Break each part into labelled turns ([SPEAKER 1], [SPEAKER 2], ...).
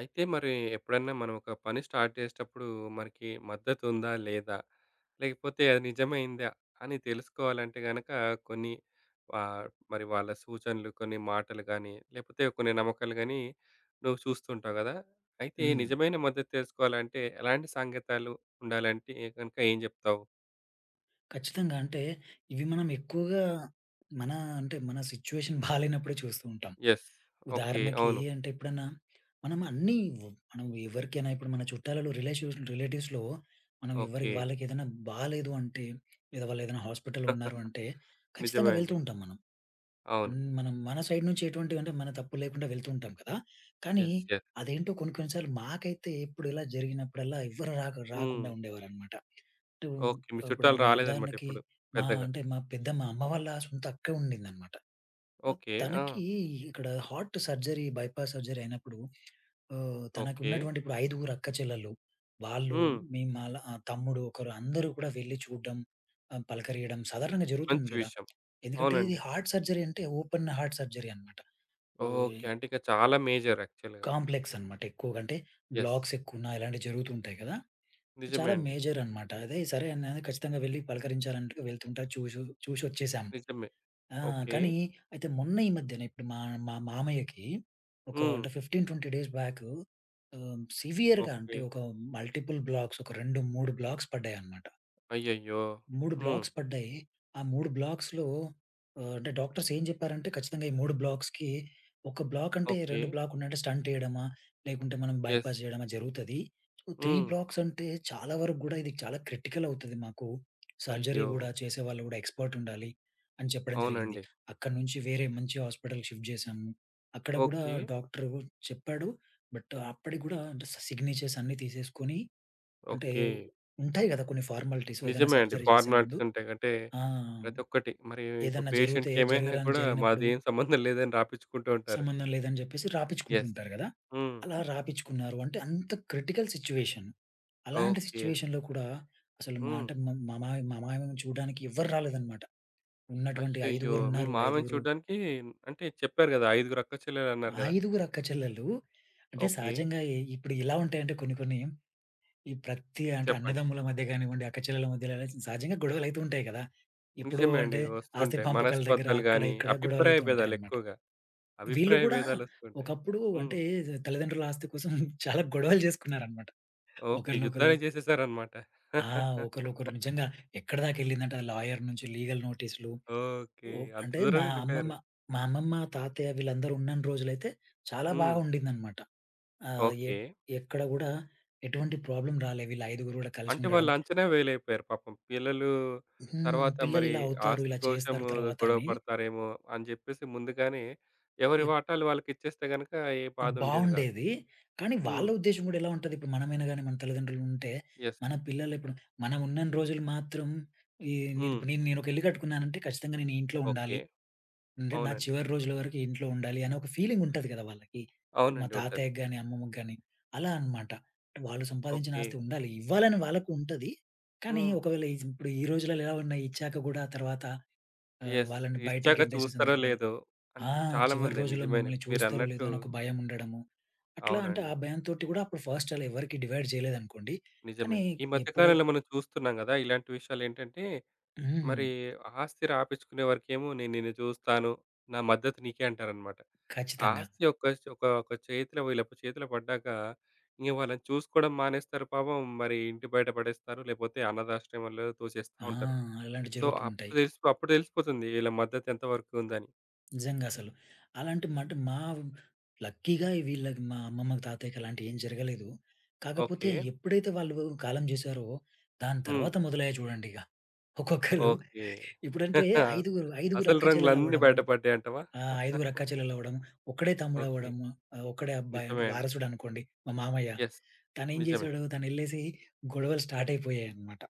[SPEAKER 1] అయితే మరి ఎప్పుడన్నా మనం ఒక పని స్టార్ట్ చేసేటప్పుడు మనకి మద్దతు ఉందా? లేదా? లేకపోతే అది నిజమైందా? అని తెలుసుకోవాలంటే గనక కొన్ని ఆహ్, మరి వాళ్ళ సూచనలు, కొన్ని మాటలు గానీ, లేకపోతే కొన్ని నమ్మకాలు గానీ నువ్వు చూస్తుంటావు గదా! అయితే
[SPEAKER 2] హ్మ్.
[SPEAKER 1] నిజమైన మద్దతు తెలుసుకోవాలంటే ఎలాంటి సంకేతాలు ఉండాలంటే గనుక ఏం జెప్తావు?
[SPEAKER 2] ఖచ్చితంగా. అంటే ఇవి మనం ఎక్కువగా మన అంటే మన సిట్యుయేషన్ బాలేనప్పుడే చూస్తూ ఉంటాం.
[SPEAKER 1] యెస్. ఓకే.
[SPEAKER 2] ఉదాహరణకి
[SPEAKER 1] అవును.
[SPEAKER 2] అంటే ఎప్పుడన్నా మనం అన్నీ మనం ఎవరికైనా ఇప్పుడు మన చుట్టాలలో రిలేషన్స్ రిలేటివ్స్‌లో మనం ఎవరికి
[SPEAKER 1] ఓకే.
[SPEAKER 2] వాళ్ళకి ఏదైనా బాలేదు అంటే లేదా వాళ్ళు ఏదైనా హాస్పిటల్‌లో ఉన్నారు అంటే
[SPEAKER 1] నిజమే
[SPEAKER 2] ఖచ్చితంగా వెళ్తూ
[SPEAKER 1] అండి.
[SPEAKER 2] ఉంటాం మనం.
[SPEAKER 1] అవును.
[SPEAKER 2] హ్మ్. మనం మన సైడ్ నుంచి ఎటువంటివంటే మన తప్పు లేకుండా వెళ్తూ ఉంటాం కదా! కానీ
[SPEAKER 1] యెస్. యెస్.
[SPEAKER 2] అదేంటో కొన్ని కొన్ని సార్లు మాకైతే ఎప్పుడు ఇలా జరిగినప్పుడల్లా ఎవ్వరు రాక
[SPEAKER 1] హ్మ్.
[SPEAKER 2] రాకుండా ఉండేవారనమాట. To
[SPEAKER 1] okay. మీ
[SPEAKER 2] ఇప్పుడు
[SPEAKER 1] చుట్టాలు
[SPEAKER 2] మా
[SPEAKER 1] రాలేదన్నమాట
[SPEAKER 2] ఉదాహరణకి
[SPEAKER 1] ఎప్పుడు
[SPEAKER 2] మా
[SPEAKER 1] పెద్దగా.
[SPEAKER 2] అంటే మా పెద్దమ్మ అమ్మ వాళ్ళ సొంత అక్క ఉండిందనమాట.
[SPEAKER 1] ఓకే. ఆ!
[SPEAKER 2] తనకి ఇక్కడ హార్ట్ సర్జరీ, బైపాస్ సర్జరీ అయినప్పుడు
[SPEAKER 1] ఓకే.
[SPEAKER 2] తనకున్నటువంటి ఇప్పుడు 5 అక్కచెల్లెళ్ళు. వాళ్ళు,
[SPEAKER 1] హ్మ్.
[SPEAKER 2] మేము మళ్ళా తమ్ముడు ఒకరు అందరూ కూడా వెళ్లి చూడడం, పలకరియడం సాధారణంగా జరుగుతుంది
[SPEAKER 1] మంచి
[SPEAKER 2] గదా!
[SPEAKER 1] విషయం.
[SPEAKER 2] ఎందుకంటే ఇది
[SPEAKER 1] అవునండి.
[SPEAKER 2] హార్ట్ సర్జరీ అంటే ఓపెన్ హార్ట్ సర్జరీ అన్నమాట. ఓయ్
[SPEAKER 1] ఓకే. అంటే ఇక చాలా మేజర్ యాక్చువల్‌గా.
[SPEAKER 2] కాంప్లెక్స్ అన్నమాట ఎక్కువగా. అంటే
[SPEAKER 1] యెస్.
[SPEAKER 2] బ్లాక్స్ ఎక్కువున్నా ఇలాంటివి జరుగుతూ ఉంటాయి గదా!
[SPEAKER 1] నిజమే
[SPEAKER 2] చాలా
[SPEAKER 1] అండి.
[SPEAKER 2] మేజర్ అన్నమాట. అదే సరే అని ఖచ్చితంగా వెళ్లి పలకరించాలంటే వెళ్తుంటా చూసొచ్చేసాం.
[SPEAKER 1] నిజమే.
[SPEAKER 2] ఆ!
[SPEAKER 1] ఓకే.
[SPEAKER 2] కానీ అయితే మొన్న ఈ మధ్యన ఇప్పుడు మా మా మామయ్యకి ఒక
[SPEAKER 1] హ్మ్.
[SPEAKER 2] అంటే 15, 20 డేస్ బ్యాకు సివియర్‌గా అంటే
[SPEAKER 1] ఓకే.
[SPEAKER 2] ఒక మల్టిపుల్ బ్లాక్స్ ఒక 2, 3 బ్లాక్స్ పడ్డాయన్నమాట.
[SPEAKER 1] అయ్యయ్యో!
[SPEAKER 2] 3
[SPEAKER 1] హ్మ్.
[SPEAKER 2] బ్లాక్స్ పడ్డాయి. ఆ 3 బ్లాక్స్‌లో అంటే డాక్టర్స్ ఏం జెప్పారంటే, ఖచ్చితంగా ఈ 3 బ్లాక్స్‌కి ఒక బ్లాక్ అంటే
[SPEAKER 1] ఓకే.
[SPEAKER 2] 2 బ్లాక్ ఉన్నాయంటే స్టంట్ ఎయడమా, లేకుంటే మనం
[SPEAKER 1] యెస్.
[SPEAKER 2] బైపాస్ జేయడమా జరుగుతది. సో, 3
[SPEAKER 1] హ్మ్.
[SPEAKER 2] బ్లాక్స్ అంటే చాలా వరకు గూడా ఇది చాలా క్రిటికల్ అవుతది మాకు. సర్జరీ
[SPEAKER 1] అయ్యో!
[SPEAKER 2] గూడా చేసేవాళ్ళు గూడా ఎక్స్‌పర్ట్ ఉండాలి అని చెప్పడం జరిగింది.
[SPEAKER 1] అవునండి.
[SPEAKER 2] అక్కడి నుంచి వేరే మంచి హాస్పిటల్‌కి షిఫ్ట్ జేశాము. అక్కడ గూడా
[SPEAKER 1] ఓకే.
[SPEAKER 2] డాక్టరు చెప్పాడు. బట్ అప్పటికి గూడా అంటే సిగ్నేచర్స్ అన్నీ తీసేసుకొని అంటే
[SPEAKER 1] ఓకే.
[SPEAKER 2] ఉంటాయి గదా! కొన్ని ఫార్మాలిటీస్ ఏదైనా
[SPEAKER 1] నిజమే అండి.
[SPEAKER 2] సర్జరీ చేసే ముందు.
[SPEAKER 1] ఫార్మాలిటీస్ ఉంటాయి. అంటే
[SPEAKER 2] ఆ!
[SPEAKER 1] ప్రతి ఒక్కటి మరి ఇప్పుడు
[SPEAKER 2] ఏదన్నా జరిగితే
[SPEAKER 1] పేషెంట్‌కి ఏమైనా
[SPEAKER 2] జరగరానిది
[SPEAKER 1] కూడా
[SPEAKER 2] జరిగినప్పుడు
[SPEAKER 1] మాదేం సంబంధం లేదని రాపిచ్చుకుంటూ ఉంటారు.
[SPEAKER 2] సంబంధం లేదని జెప్పేసి రాపిచ్చుకుంటూ
[SPEAKER 1] యెస్.
[SPEAKER 2] ఉంటారు గదా!
[SPEAKER 1] హ్మ్.
[SPEAKER 2] అలా రాపిచ్చుకున్నారు అంటే అంత క్రిటికల్ సిట్యుయేషన్. అలాంటి
[SPEAKER 1] ఓకే.
[SPEAKER 2] సిట్యుయేషన్‌లో కూడా అసలు మా
[SPEAKER 1] హ్మ్.
[SPEAKER 2] అంటే మా మా మామయ్య మా మామయ్యను చూడడానికి ఎవ్వరు రాలేదనమాట. ఉన్నటువంటి
[SPEAKER 1] అయ్యయ్యో! మీ
[SPEAKER 2] ఐదుగురున్నారు.
[SPEAKER 1] మామయ్యని
[SPEAKER 2] ఐదుగురు,
[SPEAKER 1] చూడ్డానికి అంటే చెప్పారు గదా! ఐదుగురు అక్కచెల్లెలన్నారు గదా!
[SPEAKER 2] ఐదుగురు అక్కచెల్లెళ్ళు. అంటే
[SPEAKER 1] ఓకే.
[SPEAKER 2] సహజంగా ఇప్పుడు ఇలా ఉంటాయంటే కొన్ని కొన్ని ఈ ప్రతి అంటే
[SPEAKER 1] చెప్పండి.
[SPEAKER 2] అన్నదమ్ముల మధ్య కానివ్వండి, అక్కచెల్లెల మధ్యలో ఇలా సహజంగా గొడవలైతూ ఉంటాయి కదా! ఎప్పుడూ
[SPEAKER 1] నిజమే అండి.
[SPEAKER 2] అంటే ఆస్తి
[SPEAKER 1] వస్తుంటాయి.
[SPEAKER 2] పంపకాల దగ్గర
[SPEAKER 1] మనస్పర్ధలు
[SPEAKER 2] అక్కడ,
[SPEAKER 1] గాని,
[SPEAKER 2] ఇక్కడ
[SPEAKER 1] అభిప్రాయ
[SPEAKER 2] గొడవలైతూ
[SPEAKER 1] భేదాలు
[SPEAKER 2] ఉంటాయన్నమాట.
[SPEAKER 1] ఎక్కువగా.
[SPEAKER 2] వీళ్ళు
[SPEAKER 1] అభిప్రాయ
[SPEAKER 2] కూడా
[SPEAKER 1] భేదాలొస్తుంటాయి.
[SPEAKER 2] ఒకప్పుడు
[SPEAKER 1] హ్మ్.
[SPEAKER 2] అంటే తల్లిదండ్రుల ఆస్తి కోసం చాలా గొడవలు చేసుకున్నారన్నమాట.
[SPEAKER 1] ఓకే.
[SPEAKER 2] ఒకరినొకళ్ళు
[SPEAKER 1] యుద్ధాలే చేసేసారన్నమాట.
[SPEAKER 2] ఆ! ఒకళ్ళొకరు నిజంగా ఎక్కడిదాకెళ్ళిందంటే ఆ లాయర్ నుంచి లీగల్ నోటీసులు
[SPEAKER 1] ఓకే.
[SPEAKER 2] ఓ
[SPEAKER 1] అంత
[SPEAKER 2] అంటే
[SPEAKER 1] దూరం
[SPEAKER 2] మా అమ్మమ్మ,
[SPEAKER 1] వెళ్ళిపోయారు.
[SPEAKER 2] మా అమ్మమ్మ, తాతయ్య వీళ్ళందరూ ఉన్నన్ని రోజులైతే చాలా
[SPEAKER 1] హ్మ్.
[SPEAKER 2] బాగా ఉండిందన్నమాట. ఆహ్, ఎ
[SPEAKER 1] ఓకే.
[SPEAKER 2] ఎక్కడ కూడా ఎటువంటి ప్రాబ్లమ్ రాలే. వీళ్ళు ఐదుగురు కూడా కలిసి
[SPEAKER 1] అంటే
[SPEAKER 2] ఉండడం.
[SPEAKER 1] వాళ్ళు అంచనా వేయలేకపోయారు పాపం. పిల్లలు
[SPEAKER 2] హ్మ్.
[SPEAKER 1] తర్వాత మరి
[SPEAKER 2] పిల్లలిలా అవుతారు,
[SPEAKER 1] ఆస్తి
[SPEAKER 2] ఇలా చేస్తారు
[SPEAKER 1] కోసము
[SPEAKER 2] తర్వాత
[SPEAKER 1] గొడవ
[SPEAKER 2] అని
[SPEAKER 1] పడతారేమో అని జెప్పేసి ముందుగానే ఎవరి
[SPEAKER 2] ఎక్
[SPEAKER 1] వాటాలు వాళ్ళకిచ్చేస్తే గనక ఏ బాధ ఉండేది గాదు.
[SPEAKER 2] బావుండేది. కానీ వాళ్ళ
[SPEAKER 1] హ్మ్.
[SPEAKER 2] ఉద్దేశం గూడా ఎలా ఉంటది, ఇప్పుడు మనమైనా గాని మన తల్లిదండ్రులుంటే,
[SPEAKER 1] యెస్.
[SPEAKER 2] మన పిల్లలు ఇప్పుడు మనం ఉన్నన్ని రోజులు మాత్రం ఈ నేను
[SPEAKER 1] హ్మ్.
[SPEAKER 2] ఇప్పుడు నేనొక ఇల్లు కట్టుకున్నానంటే ఖచ్చితంగా నేను ఈ ఇంట్లో ఉండాలి.
[SPEAKER 1] ఓకే.
[SPEAKER 2] అంటే నా
[SPEAKER 1] అవునండి.
[SPEAKER 2] చివరి రోజుల వరకు ఈ ఇంట్లో ఉండాలి అనే ఒక ఫీలింగ్ ఉంటది కదా వాళ్ళకి. మా
[SPEAKER 1] అవునండి. ఉంటది.
[SPEAKER 2] తాతయ్యకి గాని, అమ్మమ్మకి గాని అలా అనమాట. వాళ్ళు సంపాదించిన
[SPEAKER 1] ఓకే.
[SPEAKER 2] ఆస్తి ఉండాలి. ఇవ్వాలని వాళ్ళకు ఉంటది. కానీ
[SPEAKER 1] హ్మ్.
[SPEAKER 2] ఒకవేళ ఇప్పుడు ఈ రోజులలో ఎలా ఉన్నాయి ఇచ్చాక గూడా తర్వాత
[SPEAKER 1] యెస్.
[SPEAKER 2] వాళ్ళని బయటికి
[SPEAKER 1] ఇచ్చాక
[SPEAKER 2] గెంటేసిన
[SPEAKER 1] చూస్తారో
[SPEAKER 2] సందర్భాలు
[SPEAKER 1] లేదో
[SPEAKER 2] ఆ!
[SPEAKER 1] అంటే
[SPEAKER 2] చివరి
[SPEAKER 1] చాలామంది
[SPEAKER 2] రోజుల్లో
[SPEAKER 1] నిజమేనే.
[SPEAKER 2] మమ్మల్ని చూస్తారో లేదో
[SPEAKER 1] మీరన్నట్టు
[SPEAKER 2] అని ఒక భయం ఉండడము. అట్లా అంటే
[SPEAKER 1] అవునండి.
[SPEAKER 2] ఆ భయంతోటి కూడా అప్పుడు ఫస్ట్ అలా ఎవరికీ డివైడ్ చేయలేదనుకోండి.
[SPEAKER 1] నిజమే.
[SPEAKER 2] కానీ
[SPEAKER 1] ఈ మధ్య
[SPEAKER 2] ఎప్పుడై
[SPEAKER 1] కాలంలో మనం చూస్తున్నాం గదా! ఇలాంటి విషయాలేంటంటే
[SPEAKER 2] హ్మ్.
[SPEAKER 1] మరి ఆస్తి రాపిచ్చుకునే వరకేమో నేను నిన్ను చూస్తాను. నా మద్దతు నీకే అంటారనమాట.
[SPEAKER 2] ఖచ్చితంగా.
[SPEAKER 1] ఆస్తి ఒక ఒక ఒక చేతిలో వీళ్ళ చేతిలో పడ్డాక ఇంక వాళ్ళని చూసుకోవడం మానేస్తారు పాపం. మరి ఇంటి బయట పడేస్తారు. లేకపోతే అనాథాశ్రమాల్లో తోసేస్తా
[SPEAKER 2] ఆ!
[SPEAKER 1] ఉంటారు.
[SPEAKER 2] అలాంటివి
[SPEAKER 1] సో,
[SPEAKER 2] జరుగుతూ ఉంటాయి.
[SPEAKER 1] అప్పుడు తెలిసిపోతుంది వీళ్ళ మద్దతు ఎంత వరకు ఉందని.
[SPEAKER 2] నిజంగా అసలు. అలాంటి మా లక్కీగా వీళ్ళకి మా అమ్మమ్మకి, తాతయ్యకి అలాంటివి ఏం జరగలేదు. కాకపోతే
[SPEAKER 1] ఓకే.
[SPEAKER 2] ఎప్పుడైతే వాళ్ళు కాలం చేశారో దాని
[SPEAKER 1] హ్మ్.
[SPEAKER 2] తర్వాత మొదలయ్యాయి చూడండి ఇక. ఒక్కొక్కరు
[SPEAKER 1] ఓకే.
[SPEAKER 2] ఇప్పుడంటే ఐదుగురు, ఐదుగురు
[SPEAKER 1] అసలు
[SPEAKER 2] అక్క
[SPEAKER 1] రంగులన్నీ
[SPEAKER 2] చెల్లెలవ్వడము
[SPEAKER 1] బయటపడ్డాయంటావా?
[SPEAKER 2] ఆ! ఐదుగురు అక్కాచెల్లెలవ్వడం, ఒక్కడే
[SPEAKER 1] ఓకే.
[SPEAKER 2] తమ్ముడవ్వడము, ఒక్కడే అబ్బాయి అంటే
[SPEAKER 1] నిజమే అండి.
[SPEAKER 2] వారసుడనుకోండి మా మామయ్య.
[SPEAKER 1] యెస్.
[SPEAKER 2] తనేం
[SPEAKER 1] నిజమే.
[SPEAKER 2] జేసాడు తనెళ్ళేసి గొడవలు స్టార్టయిపోయాయన్నమాట.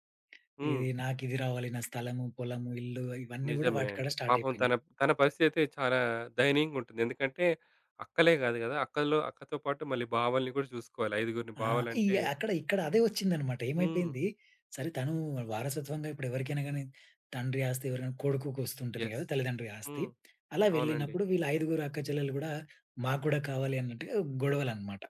[SPEAKER 1] హ్మ్.
[SPEAKER 2] ఇది నాకిది రావాలి, నా స్థలము, పొలము, ఇల్లు ఇవన్నీ గూడా
[SPEAKER 1] నిజమే
[SPEAKER 2] వాటికాడ
[SPEAKER 1] అండి. పాపం
[SPEAKER 2] స్టార్టయిపోయినాయి.
[SPEAKER 1] తన తన పరిస్థితి అయితే చాలా దయనీయంగుంటుంది. ఎందుకంటే అక్కలే కాదు కదా! అక్కతో పాటు మళ్ళీ బావల్ని కూడా చూసుకోవాలి. ఐదుగురిని
[SPEAKER 2] ఆ! ఈ
[SPEAKER 1] బావలంటే
[SPEAKER 2] అక్కడ ఇక్కడ అదే వచ్చిందన్నమాట.
[SPEAKER 1] హ్మ్.
[SPEAKER 2] ఏమైపోయింది, సరే తను వారసత్వంగా ఇప్పుడెవరికైనా గాని తండ్రి ఆస్తి ఎవరైనా కొడుకుకొస్తుంటది
[SPEAKER 1] యెస్.
[SPEAKER 2] గదా! తల్లిదండ్రి ఆస్తి.
[SPEAKER 1] హ్మ్.
[SPEAKER 2] అలా
[SPEAKER 1] అవునండి.
[SPEAKER 2] వెళ్ళినప్పుడు వీళ్ళ ఐదుగురు అక్కచెల్లెలు గూడా మాకు గూడా కావాలి అన్నట్టుగా గొడవలన్నమాట.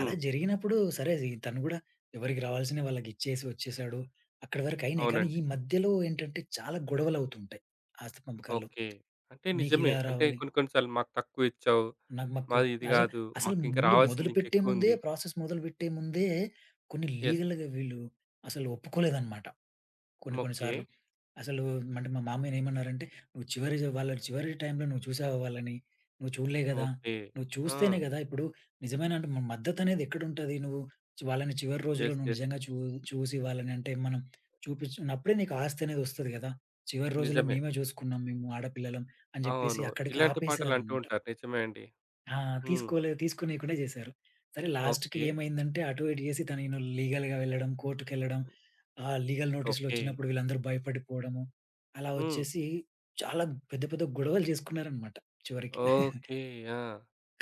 [SPEAKER 2] అలా జరిగినప్పుడు సరే జీ తను గూడా ఎవరికి రావాల్సినవి వాళ్ళకిచ్చేసి వచ్చేసాడు. అక్కడి వరకయినాయి. కానీ ఈ
[SPEAKER 1] అవునండి.
[SPEAKER 2] మధ్యలో ఏంటంటే చాలా గొడవలవుతుంటాయి ఆస్తి పంపకాల్లో.
[SPEAKER 1] ఓకే. అంటే నిజమే.
[SPEAKER 2] "నీకిలా
[SPEAKER 1] అంటే
[SPEAKER 2] రావాలి,
[SPEAKER 1] కొన్ని కొన్ని సార్లు మాకు తక్కువ ఇచ్చావు
[SPEAKER 2] నాకు మాకు."
[SPEAKER 1] మాది ఇది
[SPEAKER 2] అసలు
[SPEAKER 1] గాదు.
[SPEAKER 2] అసలు
[SPEAKER 1] మాకింకా
[SPEAKER 2] ముందు
[SPEAKER 1] రావాల్సింది
[SPEAKER 2] మొదలుపెట్టే ముందే
[SPEAKER 1] ఇంకెక్కువుంది.
[SPEAKER 2] ప్రాసెస్ మొదలుపెట్టే ముందే కొన్ని
[SPEAKER 1] యెస్.
[SPEAKER 2] లీగల్‌గా వీళ్ళు అసలు ఒప్పుకోలేదన్నమాట. కొన్ని కొన్ని
[SPEAKER 1] ఓకే.
[SPEAKER 2] సార్లు. అసలు అంటే మా మామయ్యనేమన్నారంటే, "నువ్వు చివరి వాళ్ళ చివరి టైంలో నువ్వు చూసావా వాళ్ళని? నువ్వు చూడలే గదా!
[SPEAKER 1] ఓకే.
[SPEAKER 2] నువ్వు
[SPEAKER 1] ఆ!
[SPEAKER 2] చూస్తేనే గదా! ఇప్పుడు నిజమైన అంటే మద్దతనేది ఎక్కడుంటది? నువ్వు వాళ్ళని చివరి రోజుల్లో
[SPEAKER 1] యెస్.
[SPEAKER 2] నువ్వు
[SPEAKER 1] యెస్.
[SPEAKER 2] నిజంగా చూసి వాళ్ళని అంటే మనం చూపించుకున్నప్పుడే నీకు ఆస్తనేది ఒస్తది గదా! చివరి రోజుల్లో
[SPEAKER 1] నిజమే.
[SPEAKER 2] మేమే జూసుకున్నాం మేము ఆడపిల్లలం" అని జెప్పేసి
[SPEAKER 1] అవును.
[SPEAKER 2] అక్కడికి
[SPEAKER 1] ఇలాంటి పాటలంటూ
[SPEAKER 2] ఆపేసారనమాట.
[SPEAKER 1] ఉంటారు. నిజమే అండి.
[SPEAKER 2] ఆ!
[SPEAKER 1] హ్మ్.
[SPEAKER 2] తీసుకోనీయకుండా జేశారు. సరే లాస్ట్‌కి
[SPEAKER 1] ఓకే.
[SPEAKER 2] ఏమైందంటే అటు ఇటు జేసి తనేను లీగల్‌గా వెళ్ళడం, కోర్ట్‌కెళ్ళడం, లీగల్
[SPEAKER 1] ఓకే.
[SPEAKER 2] నోటీసులొచ్చినప్పుడు వీళ్ళందరూ భయపడిపోవడము, అలా
[SPEAKER 1] హ్మ్.
[SPEAKER 2] వచ్చేసి చాలా పెద్ద పెద్ద గొడవలు జేసుకున్నారనమాట చివరికి.
[SPEAKER 1] ఓకే. ఆ!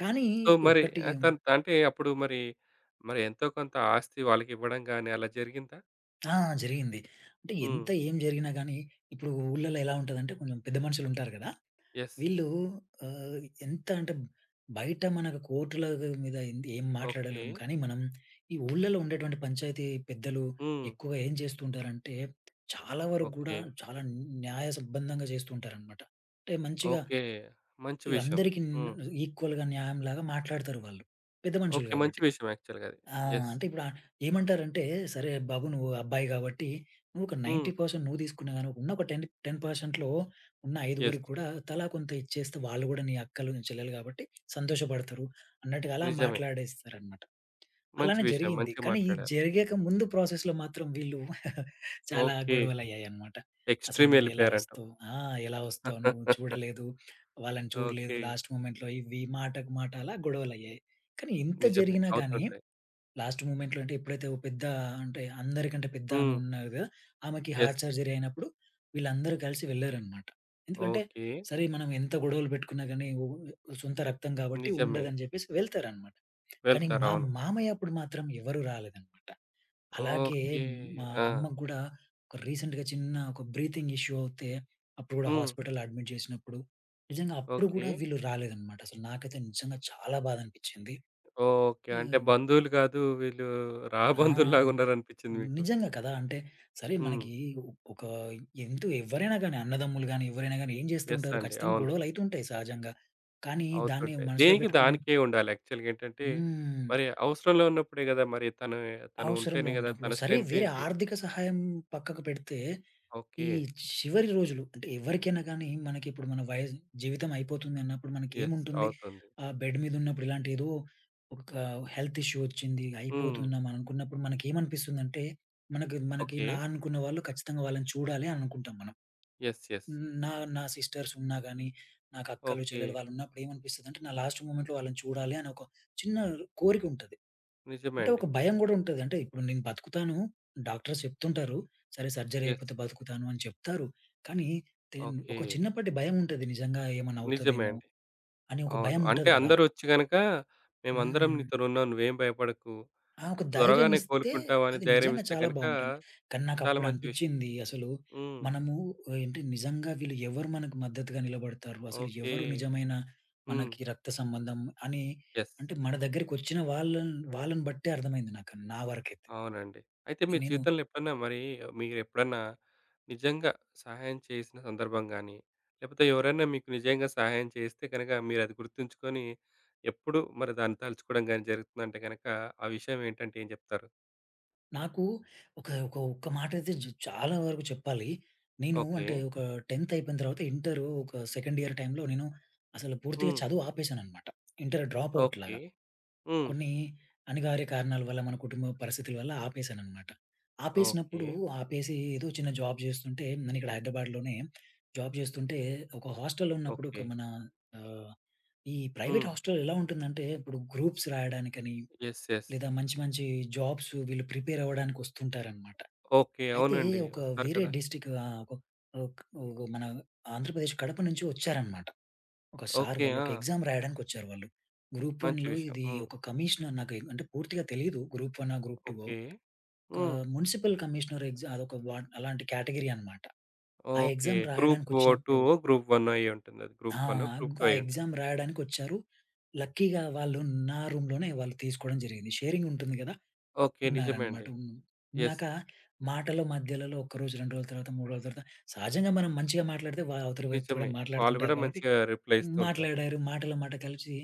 [SPEAKER 2] కానీ
[SPEAKER 1] సో, మరి
[SPEAKER 2] ఒకటి
[SPEAKER 1] అంటే అప్పుడు మరి, మరి ఎంతో కొంత ఆస్తి వాళ్ళకివ్వడం గాని అలా జరిగిందా?
[SPEAKER 2] ఆ! జరిగింది. అంటే
[SPEAKER 1] హ్మ్.
[SPEAKER 2] ఎంత ఏం జరిగినా గానీ ఇప్పుడు ఊర్లలో ఎలా ఉంటదంటే కొంచెం పెద్ద మనుషులుంటారు గదా!
[SPEAKER 1] యెస్.
[SPEAKER 2] వీళ్ళు ఆహ్, ఎంత అంటే బయట మనకు కోర్టుల మీద ఏం
[SPEAKER 1] ఓకే.
[SPEAKER 2] మాట్లాడలేము. కానీ మనం ఈ ఊళ్ళలో ఉండేటువంటి పంచాయతీ పెద్దలు
[SPEAKER 1] హ్మ్.
[SPEAKER 2] ఎక్కువగా ఏం చేస్తుంటారంటే, చాలా వరకు గూడా
[SPEAKER 1] ఓకే.
[SPEAKER 2] చాలా న్యాయ సంబంధంగా చేస్తుంటారనమాట. అంటే మంచిగా
[SPEAKER 1] ఓకే. మంచి
[SPEAKER 2] ఇగ
[SPEAKER 1] విషయం.
[SPEAKER 2] అందరికి
[SPEAKER 1] హ్మ్.
[SPEAKER 2] ఈక్వల్‌గా న్యాయంలాగా మాట్లాడతారు వాళ్ళు. పెద్ద మనుషులు
[SPEAKER 1] ఓకే. మంచి
[SPEAKER 2] కాబట్టి.
[SPEAKER 1] విషయం యాక్చువల్‌గా అది.
[SPEAKER 2] ఆ!
[SPEAKER 1] యెస్.
[SPEAKER 2] అంటే ఇప్పుడు ఏమంటారంటే, "సరే బాబు నువ్వు అబ్బాయి కాబట్టి, నువ్వు ఒక
[SPEAKER 1] హ్మ్.
[SPEAKER 2] 90% నువ్వు తీసుకున్నా గాని, ఉన్న ఒక 10, 10%లో ఉన్న
[SPEAKER 1] యెస్.
[SPEAKER 2] ఐదుగురికి కూడా తలా కొంత ఇచ్చేస్తే, వాళ్ళు కూడా నీ అక్కలు, నీ చెల్లెలు కాబట్టి సంతోషపడతారు" అన్నట్టుగా అలా
[SPEAKER 1] నిజమే.
[SPEAKER 2] మాట్లాడేస్తారనమాట.
[SPEAKER 1] మంచి
[SPEAKER 2] అలానే
[SPEAKER 1] విషయం.
[SPEAKER 2] జరిగింది.
[SPEAKER 1] మంచిగా
[SPEAKER 2] కానీ ఈ
[SPEAKER 1] మాట్లాడారు.
[SPEAKER 2] జరిగాక ముందు ప్రాసెస్‌లో మాత్రం వీళ్ళు చాలా
[SPEAKER 1] ఓకే.
[SPEAKER 2] గొడవలయ్యాయన్నమాట. "అసలు
[SPEAKER 1] ఎక్స్‌ట్రీమ్
[SPEAKER 2] నువ్వు ఎలా అయ్యో!
[SPEAKER 1] ఎళ్ళిపోయారంటావు.
[SPEAKER 2] వస్తావు? ఆ! ఎలా వస్తావు? నువ్వు చూడలేదు, వాళ్ళని చూడలేదు,
[SPEAKER 1] ఓకే.
[SPEAKER 2] లాస్ట్ మొమెంట్‌లో." ఇవి మాటకు మాట అలా గొడవలయ్యాయి. కానీ ఇంత
[SPEAKER 1] నిజమే.
[SPEAKER 2] జరిగినా గాని
[SPEAKER 1] అవుతుంటాయి.
[SPEAKER 2] లాస్ట్ మూమెంట్‌లో అంటే ఎప్పుడైతే ఓ పెద్ద అంటే అందరికంటే పెద్ద ఆమె
[SPEAKER 1] హ్మ్.
[SPEAKER 2] ఉన్నారు గదా! ఆమెకి హార్ట్
[SPEAKER 1] యెస్.
[SPEAKER 2] సర్జరీ అయినప్పుడు వీళ్ళందరూ కలిసి వెళ్లారనమాట. ఎందుకంటే
[SPEAKER 1] ఓకే.
[SPEAKER 2] సరే మనం ఎంత గొడవలు పెట్టుకున్నా గాని ఓ సొంత రక్తం కాబట్టి
[SPEAKER 1] నిజమే.
[SPEAKER 2] ఉండదని జెప్పేసి వెళ్తారనమాట. కానీ
[SPEAKER 1] వెళ్తారు.
[SPEAKER 2] మా
[SPEAKER 1] అవును.
[SPEAKER 2] మామయ్య అప్పుడు మాత్రం ఎవరు రాలేదనమాట. అలాగే
[SPEAKER 1] ఓకే.
[SPEAKER 2] మా
[SPEAKER 1] ఆ!
[SPEAKER 2] అమ్మకు గూడా ఒక రీసెంట్‌గా చిన్న ఒక బ్రీతింగ్ ఇష్యూ అవుతే అప్పుడు గూడా
[SPEAKER 1] హ్మ్.
[SPEAKER 2] హాస్పిటల్‌లో అడ్మిట్ జేసినప్పుడు నిజంగా అప్పుడు
[SPEAKER 1] ఓకే.
[SPEAKER 2] గూడా వీళ్ళు రాలేదనమాట. అసలు నాకైతే నిజంగా చాలా బాధ అనిపిచ్చింది.
[SPEAKER 1] ఓకే. అంటే
[SPEAKER 2] ఆహ్
[SPEAKER 1] బంధువులు కాదు వీళ్ళు రాబంధువుల్లాగా
[SPEAKER 2] ఆ!
[SPEAKER 1] ఉన్నారనిపించింది మీకు.
[SPEAKER 2] నిజంగా కదా! అంటే సరే
[SPEAKER 1] హ్మ్.
[SPEAKER 2] మనకి ఒక ఎంతో ఎవ్వరైనా గాని అన్నదమ్ములు గాని, ఎవరైనా గాని ఏం చేస్తూ
[SPEAKER 1] యెస్
[SPEAKER 2] ఉంటారు
[SPEAKER 1] అండి.
[SPEAKER 2] ఖచ్చితంగా
[SPEAKER 1] అవును.
[SPEAKER 2] గొడవలైతుంటాయి సహజంగా. కానీ దాన్ని
[SPEAKER 1] అవుతుంటాయి.
[SPEAKER 2] మనసులో
[SPEAKER 1] దేనికి
[SPEAKER 2] పెట్టుకొని
[SPEAKER 1] దానికే ఉండాలి. యాక్చువల్‌గా ఏంటంటే
[SPEAKER 2] హ్మ్.
[SPEAKER 1] మరి అవసరంలో ఉన్నప్పుడే కదా! మరి తను తను
[SPEAKER 2] అవసరంలో
[SPEAKER 1] ఉంటేనే కదా!
[SPEAKER 2] ఉన్నప్పుడు.
[SPEAKER 1] తన
[SPEAKER 2] సరే
[SPEAKER 1] స్ట్రెంత్
[SPEAKER 2] వేరే
[SPEAKER 1] ఏంటి?
[SPEAKER 2] ఆర్థిక సహాయం పక్కకు పెడితే, ఈ
[SPEAKER 1] ఓకే.
[SPEAKER 2] చివరి రోజులు అంటే ఎవరికైనా గానీ మనకిప్పుడు మన వయస్ జీవితం అయిపోతుంది అన్నప్పుడు
[SPEAKER 1] యెస్.
[SPEAKER 2] మనకేముంటుంది?
[SPEAKER 1] అవుతుంది.
[SPEAKER 2] బెడ్ మీదున్నప్పుడు ఇలాంటి ఏదో ఒక హెల్త్ ఇష్యూ వచ్చింది,
[SPEAKER 1] హ్మ్.
[SPEAKER 2] అయిపోతున్నాం అని అనుకున్నప్పుడు మనకేమనిపిస్తుందంటే, మనకు మనకి మనకి
[SPEAKER 1] ఓకే.
[SPEAKER 2] నా అనుకున్న వాళ్ళు ఖచ్చితంగా వాళ్ళని చూడాలి అని అనుకుంటాం మనం.
[SPEAKER 1] యెస్. యెస్.
[SPEAKER 2] నా నా సిస్టర్స్ ఉన్నా గానీ, నాకు అక్కలు,
[SPEAKER 1] ఓకే.
[SPEAKER 2] చెల్లెలు వాళ్ళున్నప్పుడు ఏమనిపిస్తదంటే, నా లాస్ట్ మూమెంట్‌లో వాళ్ళని చూడాలి అని ఒక చిన్న కోరికుంటది.
[SPEAKER 1] నిజమే
[SPEAKER 2] అంటే
[SPEAKER 1] అండి.
[SPEAKER 2] ఒక భయం గూడా ఉంటది. అంటే ఇప్పుడు నేను బతుకుతాను. డాక్టర్స్ చెప్తుంటారు. సరే సర్జరీ
[SPEAKER 1] యెస్.
[SPEAKER 2] అయిపోతే బతుకుతాను అని చెప్తారు. కానీ దెన్
[SPEAKER 1] ఓకే.
[SPEAKER 2] ఒక చిన్నపాటి భయం ఉంటది. నిజంగా ఏమన్నా
[SPEAKER 1] నిజమే
[SPEAKER 2] అవుతదేమో
[SPEAKER 1] అండి.
[SPEAKER 2] అని ఒక
[SPEAKER 1] అవును.
[SPEAKER 2] భయం
[SPEAKER 1] అంటే
[SPEAKER 2] ఉంటది కదా!
[SPEAKER 1] అందరొచ్చి గనక మేమందరం
[SPEAKER 2] హ్మ్.
[SPEAKER 1] నీతోనున్నాం. నువ్వేం భయపడకు.
[SPEAKER 2] ఆ ఒక
[SPEAKER 1] నువ్వు
[SPEAKER 2] ధైర్యం
[SPEAKER 1] త్వరగానే
[SPEAKER 2] ఇస్తే
[SPEAKER 1] కోలుకుంటావు అని
[SPEAKER 2] అది
[SPEAKER 1] ధైర్యం
[SPEAKER 2] నిజంగా
[SPEAKER 1] ఇస్తే
[SPEAKER 2] చాలా
[SPEAKER 1] గనక
[SPEAKER 2] బావుంటుంది. కానీ
[SPEAKER 1] చాలా
[SPEAKER 2] నాకప్పుడు
[SPEAKER 1] మంచి విషయం.
[SPEAKER 2] అనిపిచ్చింది అసలు
[SPEAKER 1] హ్మ్.
[SPEAKER 2] మనము ఏంటి నిజంగా వీళ్ళు ఎవరు మనకు మద్దతుగా నిలబడతారు? అసలు
[SPEAKER 1] ఓకే.
[SPEAKER 2] ఎవరు నిజమైన
[SPEAKER 1] హ్మ్.
[SPEAKER 2] మనకి రక్త సంబంధం అని
[SPEAKER 1] యెస్.
[SPEAKER 2] అంటే మన దగ్గరికొచ్చిన వాళ్ళని బట్టే అర్థమైంది నాకు నా వరకైతే.
[SPEAKER 1] అవునండి. అయితే మీ
[SPEAKER 2] నేను
[SPEAKER 1] జీవితంలో ఎప్పుడన్నా మరి మీరెప్పుడన్నా నిజంగా సహాయం చేసిన సందర్భం గాని, లేపోతే ఎవరైనా మీకు నిజంగా సహాయం చేస్తే గనక మీరది గుర్తుంచుకొని ఎప్పుడు మరి దాన్ని తలుచుకోవడం గాని జరుగుతుందంటే గనక ఆ విషయం ఏంటంటే ఏం జెప్తారు?
[SPEAKER 2] నాకు ఒక ఒక ఒక్క మాటైతే చాలా వరకు చెప్పాలి. నేను
[SPEAKER 1] ఓకే.
[SPEAKER 2] అంటే ఒక 10th అయిపోయిన తర్వాత ఇంటరు ఒక సెకండ్ ఇయర్ టైమ్‌లో నేను అసలు పూర్తిగా
[SPEAKER 1] హ్మ్.
[SPEAKER 2] చదువు ఆపేశాననమాట. Inter dropout
[SPEAKER 1] okay.
[SPEAKER 2] లాగా.
[SPEAKER 1] హ్మ్.
[SPEAKER 2] కొన్ని అనివార్య కారణాల వల్ల, మన కుటుంబ పరిస్థితుల వల్ల ఆపేశాననమాట.
[SPEAKER 1] ఓకే.
[SPEAKER 2] ఆపేసినప్పుడు ఆపేసి ఏదో చిన్న జాబ్ చేస్తుంటే నేను ఇక్కడ హైదరాబాద్‌లోనే జాబ్ చేస్తుంటే ఒక హాస్టల్‌లో ఉన్నప్పుడు ఒక
[SPEAKER 1] ఓకే.
[SPEAKER 2] మన ఆహ్, ఈ ప్రైవేట్
[SPEAKER 1] హ్మ్.
[SPEAKER 2] హాస్టల్ ఎలా ఉంటుందంటే ఇప్పుడు గ్రూప్స్ రాయడానికని
[SPEAKER 1] యెస్. యెస్.
[SPEAKER 2] లేదా మంచి మంచి జాబ్స్ వీళ్ళు ప్రిపేర్ అవ్వడానికి వస్తుంటారనమాట.
[SPEAKER 1] ఓకే.
[SPEAKER 2] అయితే
[SPEAKER 1] అవునండి.
[SPEAKER 2] ఒక
[SPEAKER 1] వస్తారు
[SPEAKER 2] వేరే
[SPEAKER 1] కదా!
[SPEAKER 2] డిస్ట్రిక్ట్ ఒక ఒక ఒక మన ఆంధ్రప్రదేశ్ కడప నుంచి వచ్చారనమాట. ఒక సార్
[SPEAKER 1] ఓకే.
[SPEAKER 2] వాళ్ళు
[SPEAKER 1] ఆ!
[SPEAKER 2] ఒక ఎగ్జామ్ రాయడానికొచ్చారు వాళ్ళు. గ్రూప్
[SPEAKER 1] మంచి
[SPEAKER 2] 1లో
[SPEAKER 1] విషయం.
[SPEAKER 2] ఇది
[SPEAKER 1] హ్మ్.
[SPEAKER 2] ఒక కమిషనర్ నాకు అంటే పూర్తిగా తెలీదు. Group 1 group 2
[SPEAKER 1] okay.
[SPEAKER 2] ఒక
[SPEAKER 1] హ్మ్.
[SPEAKER 2] మున్సిపల్ కమిషనర్ ఎగ్జామ్ అదొక అలాంటి కేటగరీ అనమాట. ఆ
[SPEAKER 1] ఓకే.
[SPEAKER 2] ఎగ్జామ్
[SPEAKER 1] గ్రూప్
[SPEAKER 2] రాయడానికొచ్చినప్పుడు
[SPEAKER 1] టూవో, గ్రూప్ వన్నో అయ్యుంటుంది అది.
[SPEAKER 2] ఆ!
[SPEAKER 1] గ్రూప్ వన్నో, గ్రూప్ టూ
[SPEAKER 2] ఆ
[SPEAKER 1] అయ్యుంటుంది.
[SPEAKER 2] ఎగ్జామ్ రాయడానికొచ్చారు. లక్కీగా వాళ్ళు నా రూమ్‌లోనే వాళ్ళు తీసుకోవడం జరిగింది. షేరింగ్ ఉంటుంది కదా!
[SPEAKER 1] ఓకే. నిజమే
[SPEAKER 2] ఉన్నారనమాట.
[SPEAKER 1] అండి. యెస్.
[SPEAKER 2] ఉన్నాక మాటల మధ్యలలో ఒక రోజు, 2 రోజుల తర్వాత, 3 రోజుల తర్వాత సహజంగా మనం మంచిగా మాట్లాడితే అవతలి వ్యక్తి కూడా
[SPEAKER 1] నిజమే. వాళ్ళు
[SPEAKER 2] మాట్లాడుతుంటారు
[SPEAKER 1] గూడా
[SPEAKER 2] కాబట్టి
[SPEAKER 1] మంచిగా రిప్లై ఇస్తూ ఉంటారు.
[SPEAKER 2] మాట్లాడారు. మాటల మాట కలిసి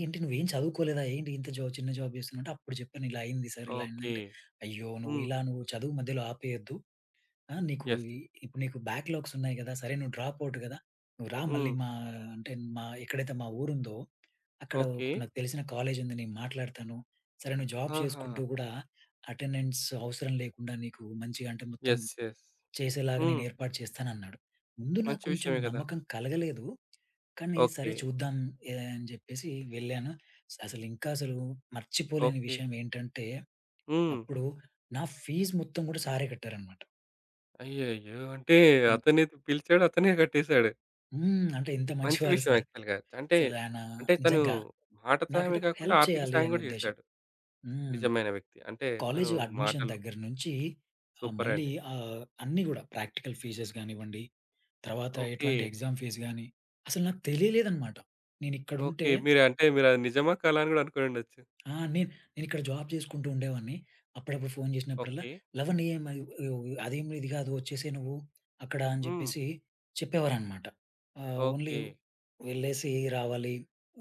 [SPEAKER 2] "ఏంటి నువ్వేం చదువుకోలేదా? ఏంటి ఇంత జాబ్ చిన్న జాబ్ చేస్తున్నావు?" అంటే అప్పుడు చెప్పాను. ఇలా అయింది సార్ ఇలా
[SPEAKER 1] ఓకే.
[SPEAKER 2] అయిందంటే, "అయ్యో! నువ్వు
[SPEAKER 1] హ్మ్.
[SPEAKER 2] ఇలా నువ్వు చదువు మధ్యలో ఆపేయొద్దు." ఆ! నీకు
[SPEAKER 1] యెస్.
[SPEAKER 2] ఇ ఇప్పుడు నీకు బ్యాక్‌లాగ్స్ ఉన్నాయి గదా! సరే నువ్వు డ్రాప్ ఔట్ గదా! నువ్వు రా మళ్ళీ
[SPEAKER 1] హ్మ్.
[SPEAKER 2] మా అంటే మా ఎక్కడైతే మా ఊరుందో, అక్కడ
[SPEAKER 1] ఓకే.
[SPEAKER 2] ఒక నాకు తెలిసిన కాలేజ్ ఉంది. నేను మాట్లాడతాను. సరే నువ్వు జాబ్
[SPEAKER 1] ఆహా!
[SPEAKER 2] చేసుకుంటూ గూడా అటెండెన్స్ అవసరం లేకుండా నీకు మంచిగా అంటే మొత్తం
[SPEAKER 1] యెస్. యెస్.
[SPEAKER 2] చేసేలాగా నేను
[SPEAKER 1] హ్మ్.
[SPEAKER 2] ఏర్పాటు చేస్తానన్నాడు. ముందు నాకు
[SPEAKER 1] మంచి
[SPEAKER 2] కొంచెం
[SPEAKER 1] విషయమే గదా!
[SPEAKER 2] నమ్మకం కలగలేదు. కానీ సరే
[SPEAKER 1] ఓకే.
[SPEAKER 2] చూద్దాం అని జెప్పేసి వెళ్ళాను. అసలు ఇంకా అసలు మర్చిపోలేని
[SPEAKER 1] ఓకే.
[SPEAKER 2] విషయం ఏంటంటే,
[SPEAKER 1] హ్మ్.
[SPEAKER 2] అప్పుడు నా ఫీజు మొత్తం గూడా సారే కట్టారనమాట.
[SPEAKER 1] అయ్యయ్యో! అంటే అతనే పిలిచాడు. అతనే కట్టేసాడు.
[SPEAKER 2] హ్మ్. అంటే ఇంత
[SPEAKER 1] మంచి
[SPEAKER 2] మంచివారు
[SPEAKER 1] విషయం
[SPEAKER 2] సార్.
[SPEAKER 1] యాక్చువల్‌గా. అంటే,
[SPEAKER 2] అసలు ఆయన
[SPEAKER 1] అంటే తను
[SPEAKER 2] నిజంగా
[SPEAKER 1] మాట సహాయమే
[SPEAKER 2] నాకంటే ఒక
[SPEAKER 1] గాకుండా
[SPEAKER 2] హెల్ప్
[SPEAKER 1] ఆర్థిక
[SPEAKER 2] చేయాలి
[SPEAKER 1] సాయం
[SPEAKER 2] అనే
[SPEAKER 1] గూడా
[SPEAKER 2] ఉద్దేశ్యం.
[SPEAKER 1] జేశాడు.
[SPEAKER 2] హ్మ్.
[SPEAKER 1] నిజమైన వ్యక్తి. అంటే
[SPEAKER 2] కాలేజ్
[SPEAKER 1] తను
[SPEAKER 2] అడ్మిషన్
[SPEAKER 1] మాటలు
[SPEAKER 2] దగ్గర నుంచి
[SPEAKER 1] సూపరండి.
[SPEAKER 2] అన్నీ గూడా ప్రాక్టికల్ ఫీజెస్ గానివ్వండి, తర్వాత
[SPEAKER 1] ఓకే.
[SPEAKER 2] ఎటువంటి ఎగ్జామ్ ఫీస్ గాని అసలు నాకు తెలియలేదనమాట. నేనిక్కడుంటే
[SPEAKER 1] ఓకే. మీరంటే మీరది నిజమా కాదా అని గూడా అనుకోనుండొచ్చు.
[SPEAKER 2] ఆ! నేనిక్కడ జాబ్ చేసుకుంటూ ఉండేవాడిని. అప్పుడప్పుడు ఫోను చేసినప్పుడల్లా,
[SPEAKER 1] ఓకే.
[SPEAKER 2] "లవణ్య మరి అదేం ఇది కాదు వచ్చేసేయి నువ్వు అక్కడ" అని
[SPEAKER 1] హ్మ్.
[SPEAKER 2] చెప్పేసి చెప్పేవారనమాట. Only
[SPEAKER 1] okay.
[SPEAKER 2] వెళ్ళేసి రావాలి.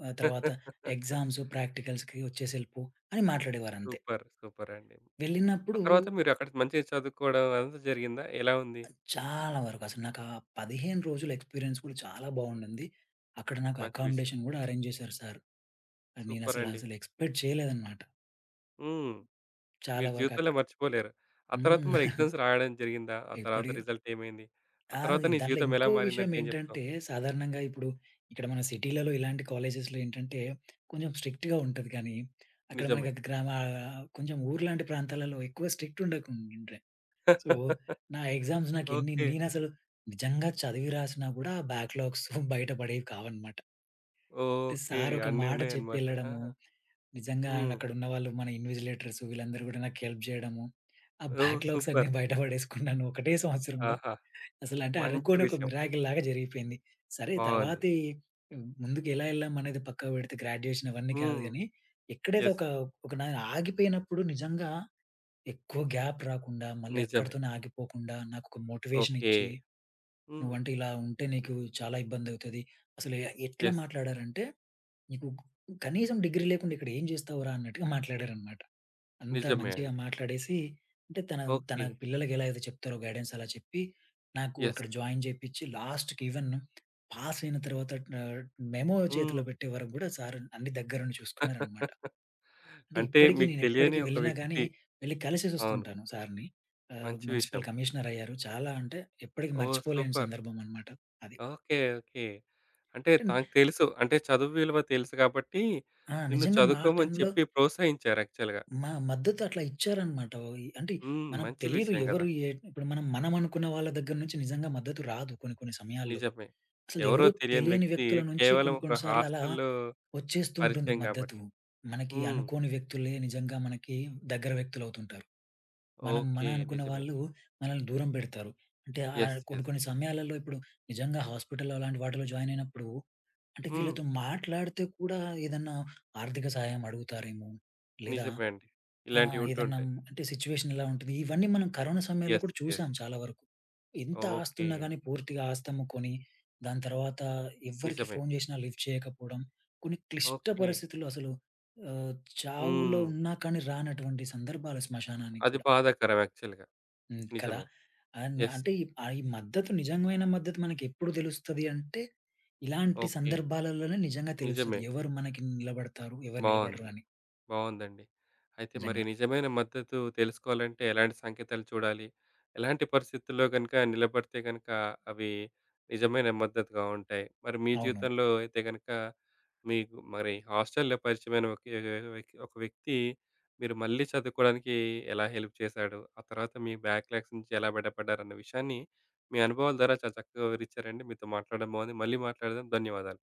[SPEAKER 2] తర్వాత ఎగ్జామ్స్, ప్రాక్టికల్స్‌కి వచ్చేసి ఎళ్ళిపో అని మాట్లాడేవారంతే.
[SPEAKER 1] సూపర్. సూపర్ అండి. ఆ
[SPEAKER 2] వెళ్ళినప్పుడు
[SPEAKER 1] తర్వాత మీరక్కడ మంచిగా చదువుకోవడం అదంతా జరిగిందా? ఎలా ఉంది?
[SPEAKER 2] చాలా వరకు అసలు నాకు ఆ 15 రోజుల ఎక్స్‌పీరియన్స్ కూడా చాలా బావుండింది. అక్కడ నాకు
[SPEAKER 1] మంచి విషయం.
[SPEAKER 2] అకామిడేషన్ కూడా అరేంజ్ చేశారు సారు.
[SPEAKER 1] సూపర్
[SPEAKER 2] నేనసలు
[SPEAKER 1] అండి.
[SPEAKER 2] అసలు ఎక్స్‌పెక్ట్ చేయలేదనమాట.
[SPEAKER 1] హ్మ్.
[SPEAKER 2] చాలా
[SPEAKER 1] మీరు
[SPEAKER 2] వరకు
[SPEAKER 1] జీవితంలో మర్చిపోలేరు. ఆ తర్వాత మరి
[SPEAKER 2] హ్మ్.
[SPEAKER 1] ఎగ్జామ్స్ రాయడం జరిగిందా? ఆ తర్వాత
[SPEAKER 2] ఇప్పటి
[SPEAKER 1] రిజల్ట్ ఏమైంది? ఆ
[SPEAKER 2] ఆ!
[SPEAKER 1] తర్వాత నీ
[SPEAKER 2] దాంట్లో
[SPEAKER 1] జీవితం ఎలా
[SPEAKER 2] ఇంకో విషయం
[SPEAKER 1] మారిందంటే ఏం జెప్తావు?
[SPEAKER 2] ఏంటంటే, సాధారణంగా ఇప్పుడు ఇక్కడ మన సిటీలలో ఇలాంటి కాలేజెస్‌లో ఏంటంటే, కొంచెం స్ట్రిక్ట్‌గా ఉంటది కానీ, అక్కడ
[SPEAKER 1] నిజమే.
[SPEAKER 2] మనకి గ్రామ కొంచెం ఊర్లాంటి ప్రాంతాలలో ఎక్కువ స్ట్రిక్ట్ ఉండకుండే. సో, నా ఎగ్జామ్స్ నాకు ఎన్ని
[SPEAKER 1] ఓకే.
[SPEAKER 2] నేనసలు నిజంగా చదివి రాసినా కూడా, ఆ బ్యాక్‌లాగ్స్ బయట పడేవి కావన్నమాట. అంటే
[SPEAKER 1] ఓకే.
[SPEAKER 2] సార్ ఒక
[SPEAKER 1] అన్నీ
[SPEAKER 2] మాట
[SPEAKER 1] ఉన్నాయన్నమాట. ఆ!
[SPEAKER 2] చెప్పెళ్ళడము. నిజంగా
[SPEAKER 1] హ్మ్.
[SPEAKER 2] అక్కడున్న వాళ్ళు మన ఇన్విజిలేటర్స్ వీళ్ళందరూ గూడా నాకు హెల్ప్ జేయడము. ఆ
[SPEAKER 1] ఓహ్!
[SPEAKER 2] బ్యాక్‌లాగ్స్ అన్నీ
[SPEAKER 1] సూపర్.
[SPEAKER 2] బయట పడేసుకున్నాను ఒకటే సంవత్సరంలో.
[SPEAKER 1] ఆహా!
[SPEAKER 2] అసలంటే
[SPEAKER 1] మంచి
[SPEAKER 2] అనుకోని ఒక
[SPEAKER 1] విషయం.
[SPEAKER 2] మిరాకిల్‌లాగా జరిగిపోయింది. సరే
[SPEAKER 1] బాగుంది.
[SPEAKER 2] తర్వాతి ముందుకెలా ఎళ్ళాం అనేది పక్కకు పెడితే గ్రాడ్యుయేషన్ అవన్నీ కాదు
[SPEAKER 1] హ్మ్.
[SPEAKER 2] గానీ, ఎక్కడైతే
[SPEAKER 1] యెస్.
[SPEAKER 2] ఒక ఒక నా ఆగిపోయినప్పుడు నిజంగా ఎక్కువ గ్యాప్ రాకుండా, మళ్ళీ
[SPEAKER 1] నిజమే.
[SPEAKER 2] అక్కడితోనే ఆగిపోకుండా నాకొక మోటివేషన్
[SPEAKER 1] ఓకే.
[SPEAKER 2] ఇచ్చి,
[SPEAKER 1] హ్మ్.
[SPEAKER 2] "నువ్వంటే ఇలా ఉంటే నీకు చాలా ఇబ్బందవుతది." అసలు ఎట్లా
[SPEAKER 1] యెస్.
[SPEAKER 2] మాట్లాడారంటే నీకు కనీసం డిగ్రీ లేకుండా ఇక్కడ ఏం చేస్తావురా అన్నట్టుగా మాట్లాడారనమాట. అంత
[SPEAKER 1] నిజమే
[SPEAKER 2] మంచిగా
[SPEAKER 1] అండి.
[SPEAKER 2] మాట్లాడేసి అంటే తన తన
[SPEAKER 1] ఓకే.
[SPEAKER 2] పిల్లలకి ఎలా అయితే చెప్తారో గైడెన్స్ అలా చెప్పి, నాకు
[SPEAKER 1] యెస్.
[SPEAKER 2] అక్కడ జాయిన్ చేపిచ్చి లాస్ట్‌కి ఈవెన్ పాస్ అయిన తర్వాత ఆహ్, మెమో
[SPEAKER 1] హ్మ్.
[SPEAKER 2] చేతిలో పెట్టే వరకు కూడా సార్ అన్ని దగ్గరుండి చూసుకున్నారనమాట. అంటే
[SPEAKER 1] అంటే
[SPEAKER 2] ఇప్పటికి
[SPEAKER 1] మీకు
[SPEAKER 2] నేను ఎప్పటికి
[SPEAKER 1] తెలియని ఒక
[SPEAKER 2] వెళ్ళినా గానీ
[SPEAKER 1] వ్యక్తి
[SPEAKER 2] వెళ్లి
[SPEAKER 1] అవును.
[SPEAKER 2] కలిసేసొస్తుంటాను సార్‌ని.
[SPEAKER 1] మంచి
[SPEAKER 2] మున్సిపల్
[SPEAKER 1] విషయం.
[SPEAKER 2] కమిషనర్ అయ్యారు. చాలా అంటే ఎప్పటికి
[SPEAKER 1] ఓహ్!
[SPEAKER 2] మర్చిపోలేని
[SPEAKER 1] సూపర్.
[SPEAKER 2] సందర్భం అనమాట అది.
[SPEAKER 1] ఓకే. ఓకే. అంటే
[SPEAKER 2] అంటే
[SPEAKER 1] తనకు తెలుసు. అంటే చదువు విలువ తెలుసు కాబట్టి
[SPEAKER 2] ఆ!
[SPEAKER 1] నిన్ను
[SPEAKER 2] నిజంగా మా
[SPEAKER 1] చదువుకోమని
[SPEAKER 2] టైంలో
[SPEAKER 1] చెప్పి ప్రోత్సహించారు యాక్చువల్‌గా.
[SPEAKER 2] మా మద్దతు అట్లా ఇచ్చారనమాట. అంటే
[SPEAKER 1] హ్మ్.
[SPEAKER 2] మనం
[SPEAKER 1] మంచి
[SPEAKER 2] తెలీదు
[SPEAKER 1] విషయం
[SPEAKER 2] ఎవరు
[SPEAKER 1] గదా!
[SPEAKER 2] ఏ ఇప్పుడు మనం మనం అనుకున్న వాళ్ళ దగ్గర నుంచి నిజంగా మద్దతు రాదు కొన్ని కొన్ని సమయాల్లో.
[SPEAKER 1] నిజమే.
[SPEAKER 2] అసలు
[SPEAKER 1] ఎవరో
[SPEAKER 2] ఎవరూ
[SPEAKER 1] తెలియని
[SPEAKER 2] తెలియని
[SPEAKER 1] వ్యక్తి
[SPEAKER 2] వ్యక్తుల నుంచి
[SPEAKER 1] కేవలం
[SPEAKER 2] కొన్ని కొన్ని
[SPEAKER 1] ఒక
[SPEAKER 2] సార్లు అలా
[SPEAKER 1] హాస్టల్‌లో
[SPEAKER 2] వచ్చేస్తూ ఉంటుంది
[SPEAKER 1] పరిచయం
[SPEAKER 2] మద్దతు.
[SPEAKER 1] గాబట్టి.
[SPEAKER 2] మనకి
[SPEAKER 1] హ్మ్.
[SPEAKER 2] అనుకోని వ్యక్తులే నిజంగా మనకి దగ్గర వ్యక్తులవుతుంటారు. మనం మన
[SPEAKER 1] ఓకే.
[SPEAKER 2] అనుకున్న
[SPEAKER 1] నిజమే.
[SPEAKER 2] వాళ్ళు మనల్ని దూరం పెడతారు. అంటే
[SPEAKER 1] యెస్.
[SPEAKER 2] కొన్ని
[SPEAKER 1] యెస్.
[SPEAKER 2] కొన్ని సమయాలలో ఇప్పుడు నిజంగా హాస్పిటల్‌లో అలాంటి వాటిలో జాయిన్ అయినప్పుడు అంటే
[SPEAKER 1] హ్మ్.
[SPEAKER 2] వీళ్ళతో మాట్లాడితే కూడా ఏదన్నా ఆర్థిక సహాయం అడుగుతారేమో! లేదా
[SPEAKER 1] నిజమే అండి.
[SPEAKER 2] ఆ!
[SPEAKER 1] ఇలాంటివి
[SPEAKER 2] ఏదన్నా
[SPEAKER 1] ఉంటుంటాయి.
[SPEAKER 2] అంటే సిట్యుయేషన్ ఎలా ఉంటది? ఇవన్నీ మనం కరోనా సమయంలో
[SPEAKER 1] యెస్.
[SPEAKER 2] కూడా చూసాం
[SPEAKER 1] యెస్.
[SPEAKER 2] చాలా వరకు. ఎంత
[SPEAKER 1] ఓకే.
[SPEAKER 2] ఆస్తున్నా గాని పూర్తిగా ఆస్తమ్ముకొని, దాని తర్వాత ఎవ్వరికి
[SPEAKER 1] నిజమే.
[SPEAKER 2] ఫోను చేసినా లిఫ్ట్ చేయకపోవడం, కొన్ని క్లిష్ట
[SPEAKER 1] ఓకే.
[SPEAKER 2] పరిస్థితుల్లో అసలు ఆహ్, చావులో
[SPEAKER 1] హ్మ్.
[SPEAKER 2] ఉన్నా కానీ రానటువంటి సందర్భాలు శ్మశానానికి
[SPEAKER 1] అది
[SPEAKER 2] కూడా.
[SPEAKER 1] బాధాకరం యాక్చువల్‌గా.
[SPEAKER 2] హ్మ్. కదా!
[SPEAKER 1] నిజమే.
[SPEAKER 2] అని
[SPEAKER 1] యెస్.
[SPEAKER 2] అంటే ఆ ఈ మద్దతు నిజమైన మద్దతు మనకెప్పుడు తెలుస్తది అంటే, ఇలాంటి
[SPEAKER 1] ఓకే.
[SPEAKER 2] సందర్భాలలోనే నిజంగా తెలుస్తది.
[SPEAKER 1] నిజమే.
[SPEAKER 2] ఎవరు మనకి నిలబడతారు, ఎవరు నిలబడరు
[SPEAKER 1] బావుంది.
[SPEAKER 2] అని
[SPEAKER 1] బావుందండి. అయితే మరి
[SPEAKER 2] నిజంగా.
[SPEAKER 1] నిజమైన మద్దతు తెలుసుకోవాలంటే ఎలాంటి సంకేతాలు చూడాలి? ఎలాంటి పరిస్థితుల్లో గనుక నిలబడితే గనుక అవి నిజమైన మద్దతుగా ఉంటాయి? మరి మీ
[SPEAKER 2] అవును.
[SPEAKER 1] జీవితంలో అయితే గనుక మీకు మరి హాస్టల్‌లో పరిచయమైన ఒక ఒక వ్యక్తి మీరు మళ్ళీ చదువుకోవడానికి ఎలా హెల్ప్ చేశాడు? ఆ తర్వాత మీ బ్యాక్‌లాగ్స్ నుంచి ఎలా బయటపడ్డారన్న విషయాన్ని మీ అనుభవాల ద్వారా చాలా చక్కగా వివరిచ్చారండి. మీతో మాట్లాడడం బాగుంది. మళ్ళీ మాట్లాడదాం. ధన్యవాదాలు.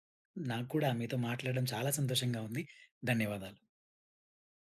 [SPEAKER 2] నాకు కూడా మీతో మాట్లాడడం చాలా సంతోషంగా ఉంది. ధన్యవాదాలు.